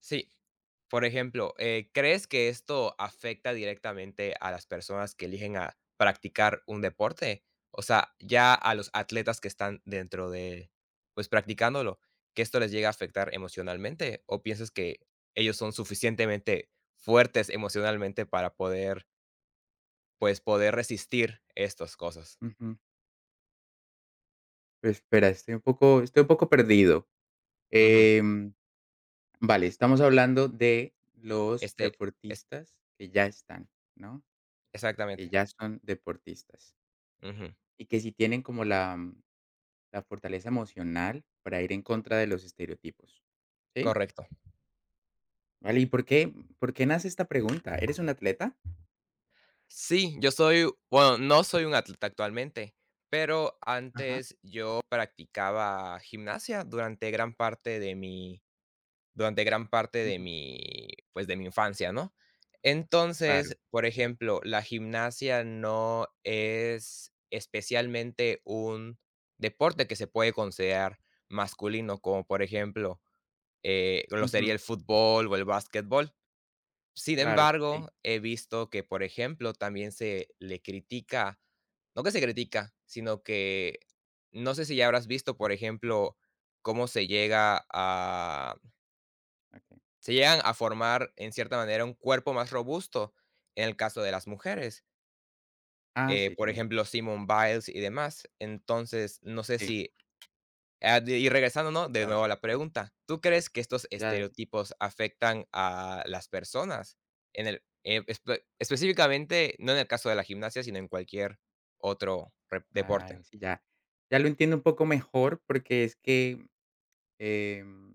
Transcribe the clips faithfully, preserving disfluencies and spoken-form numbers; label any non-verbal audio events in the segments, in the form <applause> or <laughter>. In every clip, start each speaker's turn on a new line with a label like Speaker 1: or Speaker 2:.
Speaker 1: Sí. Por ejemplo, eh, ¿crees que esto afecta directamente a las personas que eligen a practicar un deporte? O sea, ya a los atletas que están dentro de, pues, practicándolo, ¿que esto les llega a afectar emocionalmente? ¿O piensas que ellos son suficientemente fuertes emocionalmente para poder, pues, poder resistir estas cosas?
Speaker 2: Ujú. Pues, Espera, estoy un poco estoy un poco perdido.
Speaker 1: Ujú.
Speaker 2: Em, vale, estamos hablando de los
Speaker 1: Este, es
Speaker 2: deportistas que ya están, ¿no? Que
Speaker 1: exactamente.
Speaker 2: ya son deportistas,
Speaker 1: Ujú.
Speaker 2: y que si tienen como la, mm, la fortaleza emocional para ir en contra de los estereotipos, ¿sí?
Speaker 1: Correcto.
Speaker 2: Vale, ¿y por qué por qué nace esta pregunta? ¿Eres un atleta?
Speaker 1: Sí, yo soy, bueno, no soy un atleta actualmente, pero
Speaker 2: Ajá,
Speaker 1: antes yo practicaba gimnasia durante gran parte de mi, durante gran parte de
Speaker 2: ujú,
Speaker 1: mi, pues de mi infancia, ¿no?
Speaker 2: claro,
Speaker 1: Entonces, por ejemplo, la gimnasia no es especialmente un deporte que se puede considerar masculino, como por ejemplo eh, lo sería
Speaker 2: ujú,
Speaker 1: el fútbol o el básquetbol. Sin
Speaker 2: claro, sí,
Speaker 1: embargo, he visto que, por ejemplo, también se le critica, no que se critica, sino que no sé si ya habrás visto, por ejemplo, cómo se llega a
Speaker 2: okey.
Speaker 1: se llegan a formar, en cierta manera, un cuerpo más robusto en el caso de las mujeres,
Speaker 2: Ah,
Speaker 1: eh,
Speaker 2: sí,
Speaker 1: por
Speaker 2: también,
Speaker 1: ejemplo, Simone Biles y demás. Entonces, no sé
Speaker 2: sí,
Speaker 1: si. Ah, de y regresando, ¿no?, de nuevo
Speaker 2: vale,
Speaker 1: a la pregunta, ¿tú crees que estos
Speaker 2: ya.
Speaker 1: estereotipos afectan a las personas? En el eh, espe específicamente, no en el caso de la gimnasia, sino en cualquier otro re deporte.
Speaker 2: Claro, sí, ya. Ya lo entiendo un poco mejor porque es que, em,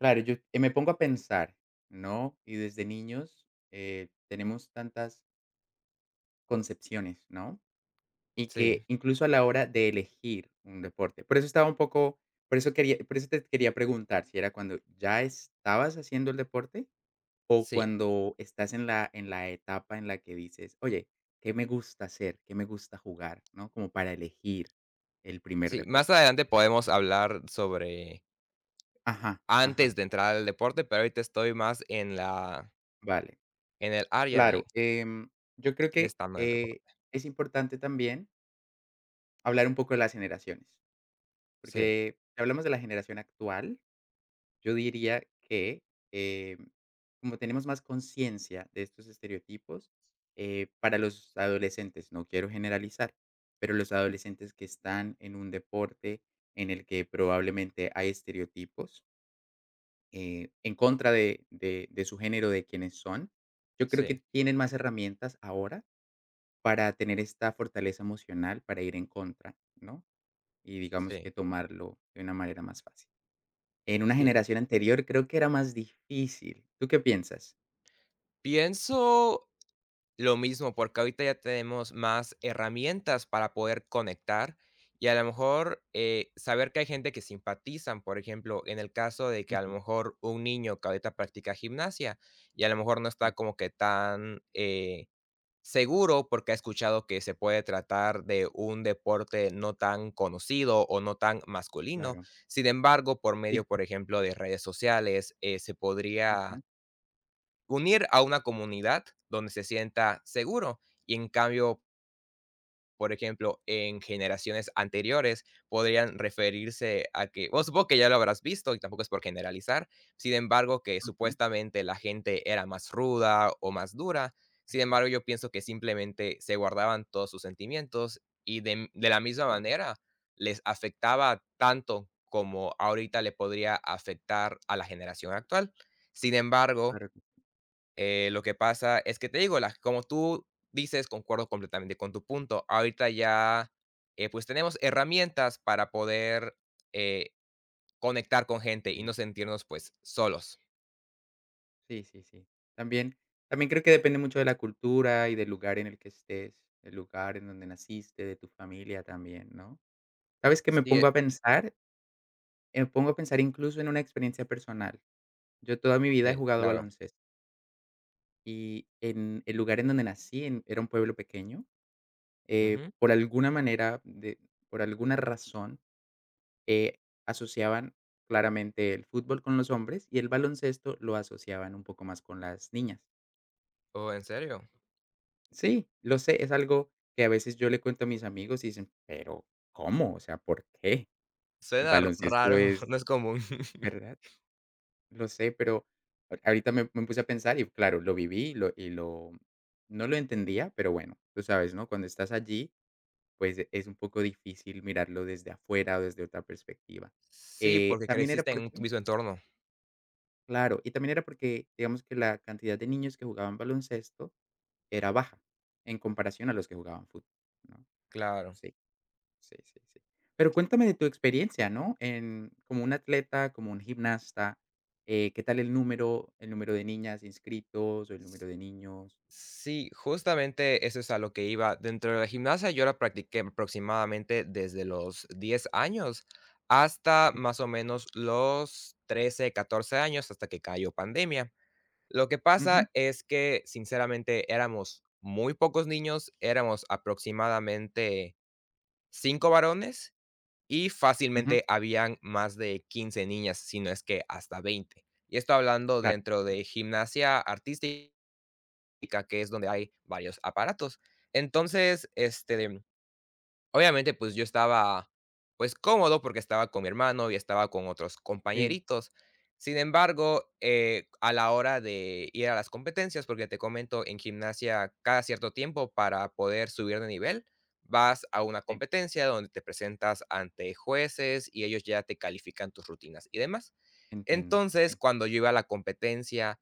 Speaker 2: claro, yo, eh, me pongo a pensar, ¿no? Y desde niños, eh, tenemos tantas concepciones, ¿no? Y
Speaker 1: Sí,
Speaker 2: que incluso a la hora de elegir un deporte. Por eso estaba un poco por eso quería por eso te quería preguntar si era cuando ya estabas haciendo el deporte o
Speaker 1: sí,
Speaker 2: cuando estás en la en la etapa en la que dices: "Oye, ¿qué me gusta hacer? ¿Qué me gusta jugar?", ¿no? Como para elegir el primer
Speaker 1: sí. Más
Speaker 2: deporte.
Speaker 1: adelante podemos hablar sobre
Speaker 2: Ajá, ajá,
Speaker 1: antes de entrar al deporte, pero ahorita estoy más en la
Speaker 2: vale.
Speaker 1: en el área de
Speaker 2: Claro. Em, yo creo
Speaker 1: ya
Speaker 2: que,
Speaker 1: estando en el
Speaker 2: eh,
Speaker 1: deporte.
Speaker 2: es importante también hablar un poco de las generaciones,
Speaker 1: Sí,
Speaker 2: porque si hablamos de la generación actual, yo diría que, em, como tenemos más conciencia de estos estereotipos, eh, para los adolescentes, no quiero generalizar, pero los adolescentes que están en un deporte en el que probablemente hay estereotipos, eh, en contra de de de su género, de quienes son. Yo creo
Speaker 1: sí,
Speaker 2: que tienen más herramientas ahora para tener esta fortaleza emocional para ir en contra, ¿no? Y digamos que
Speaker 1: sí,
Speaker 2: tomarlo de una manera más fácil. En una
Speaker 1: sí.
Speaker 2: generación anterior creo que era más difícil. ¿Tú qué piensas?
Speaker 1: Pienso Lo mismo, porque ahorita ya tenemos más herramientas para poder conectar y a lo mejor, eh, saber que hay gente que simpatizan, por ejemplo, en el caso de que a lo
Speaker 2: Ujú,
Speaker 1: mejor un niño que ahorita practica gimnasia y a lo mejor no está
Speaker 2: sí,
Speaker 1: como que tan, eh, seguro porque ha escuchado que se puede tratar de un deporte no tan conocido o no tan masculino.
Speaker 2: claro.
Speaker 1: Sin embargo, por medio,
Speaker 2: Sí,
Speaker 1: por ejemplo, de redes sociales, eh, se podría
Speaker 2: ujú,
Speaker 1: unir a una comunidad donde se sienta seguro. Y en cambio, por ejemplo, en generaciones anteriores podrían referirse a que, vos supongo que ya lo habrás visto y tampoco es por generalizar, sin embargo, que
Speaker 2: ujú,
Speaker 1: supuestamente la gente era más ruda o más dura, sin
Speaker 2: sí,
Speaker 1: embargo, yo pienso que simplemente se guardaban todos sus sentimientos y de, de la misma
Speaker 2: claro,
Speaker 1: manera les afectaba tanto como ahorita le podría afectar a la generación actual. Sin embargo,
Speaker 2: claro que
Speaker 1: eh, lo que pasa es que te digo, las como tú dices, concuerdo completamente con tu punto. Ahorita ya, eh, pues tenemos herramientas para poder eh, conectar con gente y
Speaker 2: sí.
Speaker 1: no sentirnos pues solos.
Speaker 2: Sí, sí, sí. También, también creo que depende mucho de la cultura y del lugar en el que estés, del lugar en donde naciste, de tu familia también, ¿no? ¿Sabes qué? Me
Speaker 1: Sí, eh,
Speaker 2: pongo a pensar, me pongo a pensar incluso en una experiencia personal. Yo toda mi vida he
Speaker 1: eh,
Speaker 2: jugado
Speaker 1: claro.
Speaker 2: baloncesto y en el lugar en donde nací en era un pueblo pequeño, eh,
Speaker 1: Ujú.
Speaker 2: por alguna manera, de por alguna razón, eh, asociaban claramente el fútbol con los hombres y el baloncesto lo asociaban un poco más con las niñas.
Speaker 1: Oh, ¿en serio?
Speaker 2: Sí, lo sé, es algo que a veces yo le cuento a mis amigos y dicen: "Pero, ¿cómo? O sea, ¿por qué? El
Speaker 1: Suena r-
Speaker 2: baloncesto
Speaker 1: raro, <laughs>
Speaker 2: es",
Speaker 1: no es común. <laughs>
Speaker 2: ¿verdad? Lo sé, pero a ahorita me me puse a pensar y claro, lo viví y lo y lo no lo entendía, pero bueno, tú sabes, ¿no? Cuando estás allí, pues, e- es un poco difícil mirarlo desde afuera o desde otra perspectiva.
Speaker 1: Sí,
Speaker 2: Eh,
Speaker 1: porque
Speaker 2: también era
Speaker 1: creciste en un
Speaker 2: porque
Speaker 1: mismo entorno.
Speaker 2: claro, y también era porque, digamos que la cantidad de niños que jugaban baloncesto era baja en comparación a los que jugaban fútbol, ¿no?
Speaker 1: Claro.
Speaker 2: Sí. Sí, sí, sí. Pero cuéntame de tu experiencia, ¿no? En como un atleta, como un gimnasta, eh, ¿qué tal el número, el número de niñas inscritos o el número de niños?
Speaker 1: Sí, justamente eso es a lo que iba. Dentro de la gimnasia yo la practiqué aproximadamente desde los diez años hasta
Speaker 2: Sí.
Speaker 1: más o menos los trece, catorce años, hasta que cayó pandemia. Lo que
Speaker 2: Ujú,
Speaker 1: pasa es que sinceramente éramos muy pocos niños, éramos aproximadamente cinco varones y
Speaker 2: ujú,
Speaker 1: fácilmente habían más de quince niñas, si no es que hasta veinte. Y esto hablando
Speaker 2: claro,
Speaker 1: dentro
Speaker 2: sí,
Speaker 1: de gimnasia artística que es donde hay varios aparatos. Entonces, este, obviamente, pues, yo estaba, pues, cómodo porque estaba con mi hermano y estaba con otros
Speaker 2: sí,
Speaker 1: compañeritos. Sin embargo, eh, a la hora de ir a las competencias, porque te comento, en gimnasia cada cierto tiempo para poder subir de nivel, vas a una
Speaker 2: sí,
Speaker 1: competencia donde te presentas ante jueces y ellos ya te califican tus rutinas y demás.
Speaker 2: entiendo.
Speaker 1: Entonces,
Speaker 2: Sí,
Speaker 1: cuando yo iba a la competencia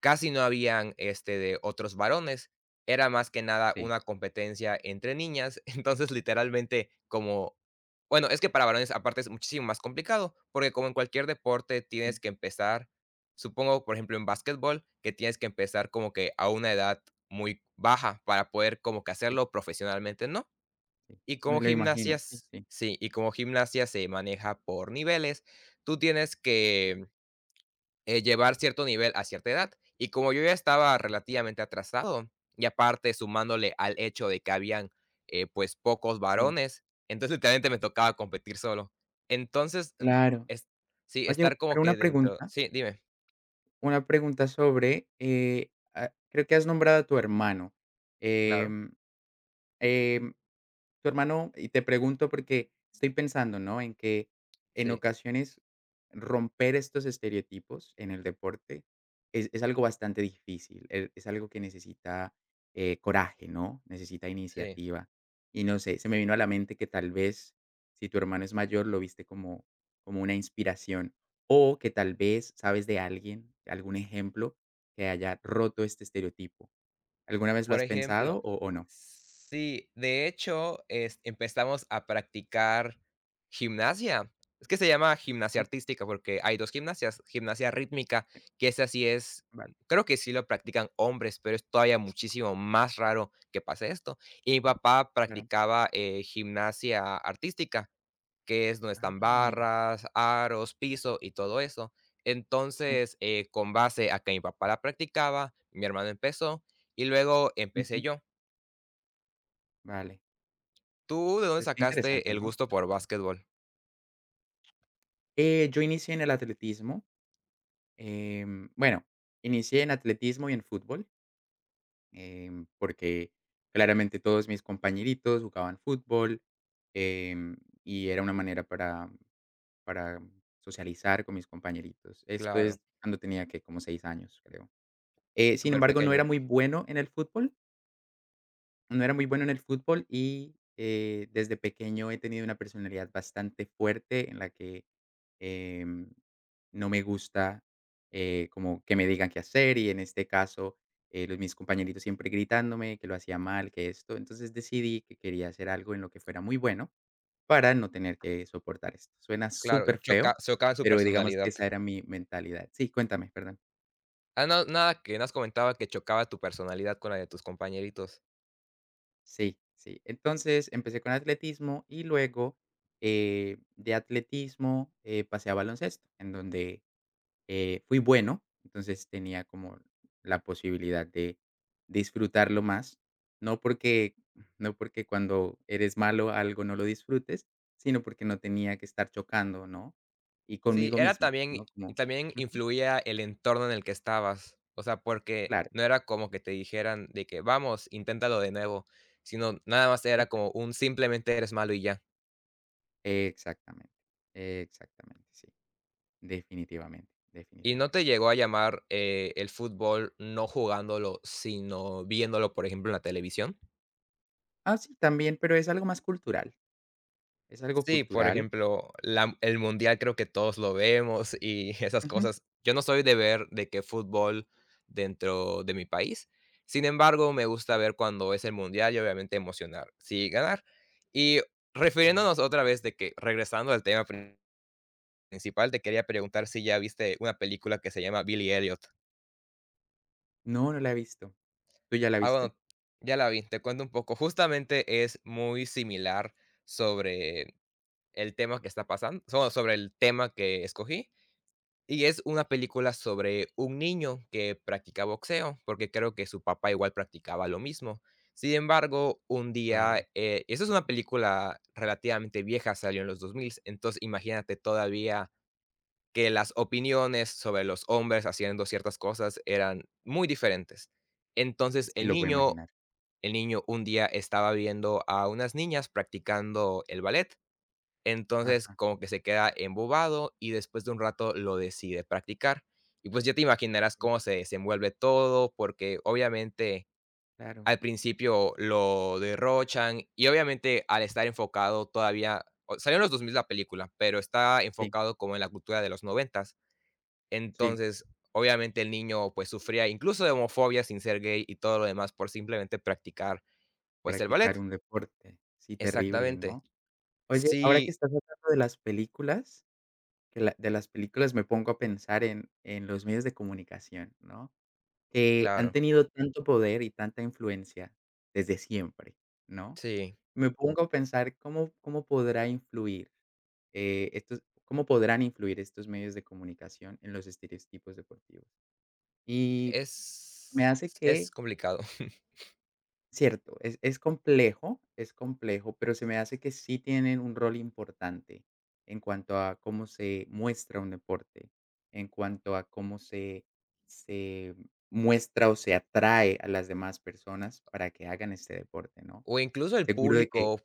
Speaker 1: casi no habían, este, de otros varones, era más que nada
Speaker 2: sí,
Speaker 1: una competencia entre niñas, <laughs> entonces, literalmente, como bueno, es que para varones aparte es muchísimo más complicado, porque como en cualquier deporte
Speaker 2: sí,
Speaker 1: tienes que empezar, supongo, por ejemplo, en basquetbol, que tienes que empezar como que a una edad muy baja para poder como que
Speaker 2: sí,
Speaker 1: hacerlo profesionalmente, ¿no?
Speaker 2: sí.
Speaker 1: Y
Speaker 2: Me
Speaker 1: como
Speaker 2: lo imagino, sí,
Speaker 1: gimnasias
Speaker 2: sí,
Speaker 1: sí, y como gimnasia se maneja por niveles, tú tienes
Speaker 2: claro,
Speaker 1: que eh, llevar cierto nivel a cierta edad. Y como yo ya estaba
Speaker 2: mm,
Speaker 1: relativamente atrasado, y aparte sumándole al hecho de que habían eh, pues pocos
Speaker 2: sí,
Speaker 1: varones, entonces literalmente me tocaba competir solo. Entonces, mm,
Speaker 2: claro.
Speaker 1: es, sí,
Speaker 2: Oye,
Speaker 1: estar como
Speaker 2: pero una
Speaker 1: que dentro.
Speaker 2: pregunta,
Speaker 1: Sí, dime,
Speaker 2: una pregunta sobre, eh, ah, creo que has nombrado a tu hermano.
Speaker 1: claro,
Speaker 2: Em, em, Tu hermano, y te pregunto porque estoy pensando, ¿no? En que en
Speaker 1: sí,
Speaker 2: ocasiones romper estos estereotipos en el deporte es, es algo bastante difícil, e- es algo que necesita, eh, coraje, ¿no? Necesita
Speaker 1: sí.
Speaker 2: iniciativa. Y no sé, se me vino a la mente que tal vez si tu hermano es mayor lo viste como, como una inspiración, o que tal vez sabes de alguien, algún ejemplo que haya roto este estereotipo. ¿Alguna vez lo
Speaker 1: Por
Speaker 2: has pensado
Speaker 1: ejemplo,
Speaker 2: o, o no?
Speaker 1: sí, de hecho, es empezamos a practicar gimnasia. Es que se llama gimnasia
Speaker 2: Sí,
Speaker 1: artística porque hay dos gimnasias, gimnasia rítmica, que esa sí es
Speaker 2: vale,
Speaker 1: creo que sí lo practican hombres, pero es todavía muchísimo más raro que pase esto. Y mi papá
Speaker 2: claro.
Speaker 1: practicaba, eh, gimnasia artística, que es donde están
Speaker 2: Ah, mira,
Speaker 1: barras, aros, piso y todo eso.
Speaker 2: sí,
Speaker 1: Entonces, eh, con base a que mi papá la practicaba, mi hermano empezó y luego empecé
Speaker 2: ujú,
Speaker 1: yo.
Speaker 2: vale.
Speaker 1: ¿Tú de dónde
Speaker 2: Es que
Speaker 1: sacaste
Speaker 2: interesante,
Speaker 1: el
Speaker 2: ¿no?
Speaker 1: gusto por básquetbol?
Speaker 2: Eh, yo inicié en el atletismo, em, bueno, inicié en atletismo y en fútbol, em, porque claramente todos mis compañeritos jugaban fútbol, em, y era una manera para para socializar con mis compañeritos. Esto
Speaker 1: Claro,
Speaker 2: es cuando tenía, que como seis años, creo. Eh, sin
Speaker 1: súper
Speaker 2: embargo, no
Speaker 1: pequeño.
Speaker 2: era muy bueno en el fútbol. No era muy bueno en el fútbol y, eh, desde pequeño he tenido una personalidad bastante fuerte en la que, em, no me gusta, eh, como que me digan qué hacer, y en este caso, eh, los mis compañeritos siempre gritándome que lo hacía mal, que esto. Entonces decidí que quería hacer algo en lo que fuera muy bueno para no tener que soportar esto. Suena
Speaker 1: Claro,
Speaker 2: súper feo,
Speaker 1: choca chocaba su
Speaker 2: pero digamos que
Speaker 1: personalidad.
Speaker 2: esa era mi mentalidad. Sí, cuéntame, perdón.
Speaker 1: Ah, no, nada, que nos comentaba que chocaba tu personalidad con la de tus compañeritos.
Speaker 2: Sí, sí. Entonces empecé con atletismo y luego, eh, de atletismo, eh, pasé a baloncesto, en donde, eh, fui bueno, entonces tenía como la posibilidad de disfrutarlo más, no porque, no porque cuando eres malo algo no lo disfrutes, sino porque no tenía que estar chocando, ¿no? Y
Speaker 1: Sí,
Speaker 2: conmigo
Speaker 1: era
Speaker 2: mismo,
Speaker 1: también
Speaker 2: ¿no? Como,
Speaker 1: también
Speaker 2: ujú,
Speaker 1: influía el entorno en el que estabas. O sea, porque
Speaker 2: claro,
Speaker 1: no era como que te dijeran de que: "Vamos, inténtalo de nuevo", sino nada más era
Speaker 2: exact-
Speaker 1: como un simplemente eres malo y ya.
Speaker 2: exactamente, exactamente, sí, definitivamente,
Speaker 1: ¿Y no
Speaker 2: definitivamente.
Speaker 1: te llegó a llamar, eh, el fútbol no jugándolo, sino viéndolo, por ejemplo, en la televisión?
Speaker 2: Ah, sí, también, pero es algo más cultural, es algo
Speaker 1: Sí, por
Speaker 2: cultural.
Speaker 1: ejemplo, la el mundial creo que todos lo vemos y <laughs> esas
Speaker 2: Ujú.
Speaker 1: cosas. Yo
Speaker 2: Sí,
Speaker 1: no soy de ver de qué fútbol dentro de mi país. Sin embargo, me gusta ver cuando es el mundial y obviamente emocionar, sí, ganar. Y refiriéndonos
Speaker 2: claro.
Speaker 1: otra vez de que regresando al tema prin- principal, te quería preguntar si ya viste una película que se llama Billy Elliot.
Speaker 2: No, no la he visto. ¿Tú ya la
Speaker 1: Ah,
Speaker 2: viste?
Speaker 1: bueno, ya la vi, te cuento un poco. Justamente es muy similar sobre el tema que está pasando so sobre el tema que escogí. Y es una película sobre un niño que practica boxeo, porque creo que su papá igual practicaba lo mismo. Sin embargo, un día,
Speaker 2: Vale,
Speaker 1: eh, esa es una película relativamente vieja, salió en los dos mil, entonces imagínate todavía que las opiniones sobre los hombres haciendo ciertas cosas eran muy diferentes. Entonces
Speaker 2: sí
Speaker 1: el
Speaker 2: lo puedo
Speaker 1: niño,
Speaker 2: imaginar.
Speaker 1: el niño un día estaba viendo a unas niñas practicando el ballet, entonces,
Speaker 2: Ajá,
Speaker 1: como que se queda embobado y después de un rato lo decide practicar. Y pues ya te imaginarás
Speaker 2: sí,
Speaker 1: cómo se desenvuelve todo, porque obviamente
Speaker 2: claro.
Speaker 1: al principio lo derrochan y obviamente al estar enfocado todavía, o- salió en los dos mil la película, pero está
Speaker 2: Sí,
Speaker 1: enfocado como en la cultura de los noventas.
Speaker 2: sí,
Speaker 1: Entonces, obviamente el niño pues sufría incluso de homofobia sin ser gay y todo lo demás por simplemente practicar pues el
Speaker 2: practicar
Speaker 1: ballet.
Speaker 2: un deporte. Sí, terrible,
Speaker 1: Exactamente.
Speaker 2: ¿no? Oye, ahora que
Speaker 1: Sí,
Speaker 2: estás hablando de las películas, que la de las películas me pongo a pensar en en los medios de comunicación, ¿no? Que han
Speaker 1: claro.
Speaker 2: tenido tanto poder y tanta influencia desde siempre, ¿no?
Speaker 1: Sí.
Speaker 2: Me pongo a pensar cómo cómo podrá influir, eh, estos cómo podrán influir estos medios de comunicación en los estereotipos deportivos. Y me
Speaker 1: Es
Speaker 2: hace
Speaker 1: es
Speaker 2: que,
Speaker 1: complicado. <laughs>
Speaker 2: cierto, es es complejo, es complejo, pero se me hace que sí tienen un rol importante en cuanto a cómo se muestra un deporte, en cuanto a cómo se se muestra o se atrae a las demás personas para que hagan este deporte, ¿no?
Speaker 1: O incluso el
Speaker 2: Seguro de que
Speaker 1: público,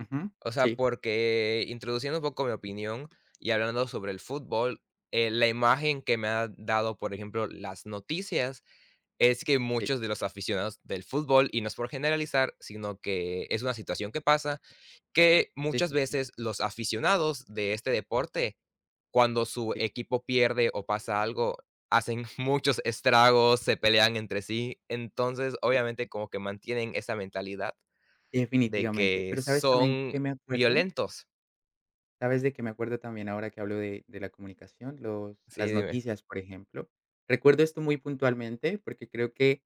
Speaker 2: ujú,
Speaker 1: o sea,
Speaker 2: sí,
Speaker 1: porque introduciendo un poco mi opinión y hablando sobre el fútbol, eh, la imagen que me ha dado, por ejemplo, las noticias, es que
Speaker 2: sí,
Speaker 1: muchos de los aficionados del fútbol, y no es por generalizar, sino que es una situación que pasa, que
Speaker 2: sí,
Speaker 1: muchas
Speaker 2: sí, sí.
Speaker 1: veces los aficionados de este deporte cuando su
Speaker 2: Sí,
Speaker 1: equipo pierde o pasa algo, hacen <laughs> muchos estragos, se pelean entre sí. Entonces,
Speaker 2: sí,
Speaker 1: obviamente, como que mantienen esa mentalidad de
Speaker 2: definitivamente.
Speaker 1: que
Speaker 2: Pero, ¿sabes también
Speaker 1: son
Speaker 2: qué me acuerdo?
Speaker 1: violentos.
Speaker 2: ¿Sabes de qué me acuerdo también ahora que hablo de de la comunicación? Los,
Speaker 1: Sí,
Speaker 2: las
Speaker 1: dime.
Speaker 2: noticias, por ejemplo. Recuerdo esto muy puntualmente, porque creo que,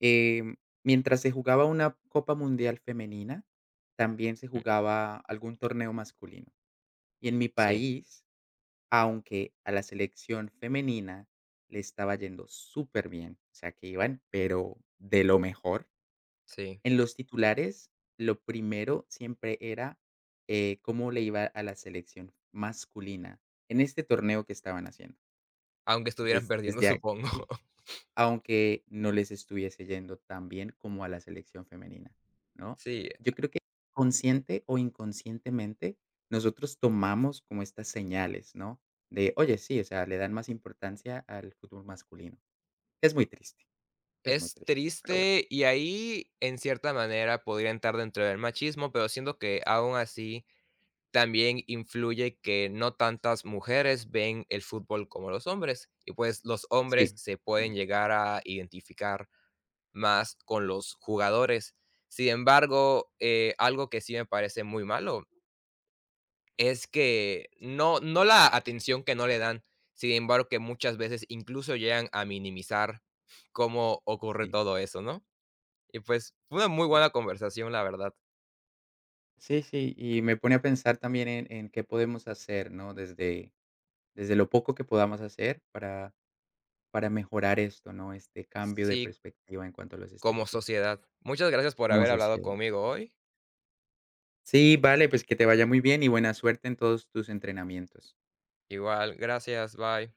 Speaker 2: em, mientras se jugaba una Copa Mundial femenina, también se
Speaker 1: Mm,
Speaker 2: jugaba algún torneo masculino. Y en mi
Speaker 1: sí,
Speaker 2: país, aunque a la selección femenina le estaba yendo súper bien, o sea, que iban, pero de lo mejor.
Speaker 1: sí.
Speaker 2: En los titulares, lo primero siempre era, eh, cómo le iba a la selección masculina en este torneo que estaban haciendo.
Speaker 1: Aunque estuvieran
Speaker 2: Entonces,
Speaker 1: perdiendo, <laughs>
Speaker 2: desde
Speaker 1: supongo.
Speaker 2: aquí, aunque no les estuviese yendo tan bien como a la selección femenina, ¿no?
Speaker 1: Sí,
Speaker 2: Yo creo que consciente o inconscientemente, nosotros tomamos como estas señales, ¿no? De, oye, sí, o sea, le dan más importancia al fútbol masculino. Es muy triste, es muy
Speaker 1: es
Speaker 2: triste, pero bueno,
Speaker 1: triste y ahí, en cierta manera, podría entrar dentro del machismo, pero siento que aún así también influye que no tantas mujeres ven el fútbol como los hombres y pues los hombres
Speaker 2: sí,
Speaker 1: se
Speaker 2: mm,
Speaker 1: pueden llegar a identificar más con los jugadores. Sin embargo, eh, algo que sí me parece muy malo es que no, no la atención que no le dan, sin embargo que muchas veces incluso llegan a minimizar cómo ocurre
Speaker 2: sí,
Speaker 1: todo eso, ¿no? Y pues fue una muy
Speaker 2: sí.
Speaker 1: buena conversación, la verdad.
Speaker 2: Sí, sí, y me pone a pensar también en en qué podemos hacer, ¿no? Desde desde lo poco que podamos hacer para para mejorar esto, ¿no? Este cambio de
Speaker 1: Sí,
Speaker 2: perspectiva en cuanto a los
Speaker 1: como
Speaker 2: estereotipos
Speaker 1: sociedad. Muchas gracias por
Speaker 2: como
Speaker 1: haber hablado
Speaker 2: sociedad.
Speaker 1: conmigo hoy.
Speaker 2: Sí, vale, pues que te vaya muy bien y buena suerte en todos tus entrenamientos.
Speaker 1: Igual, gracias, bye.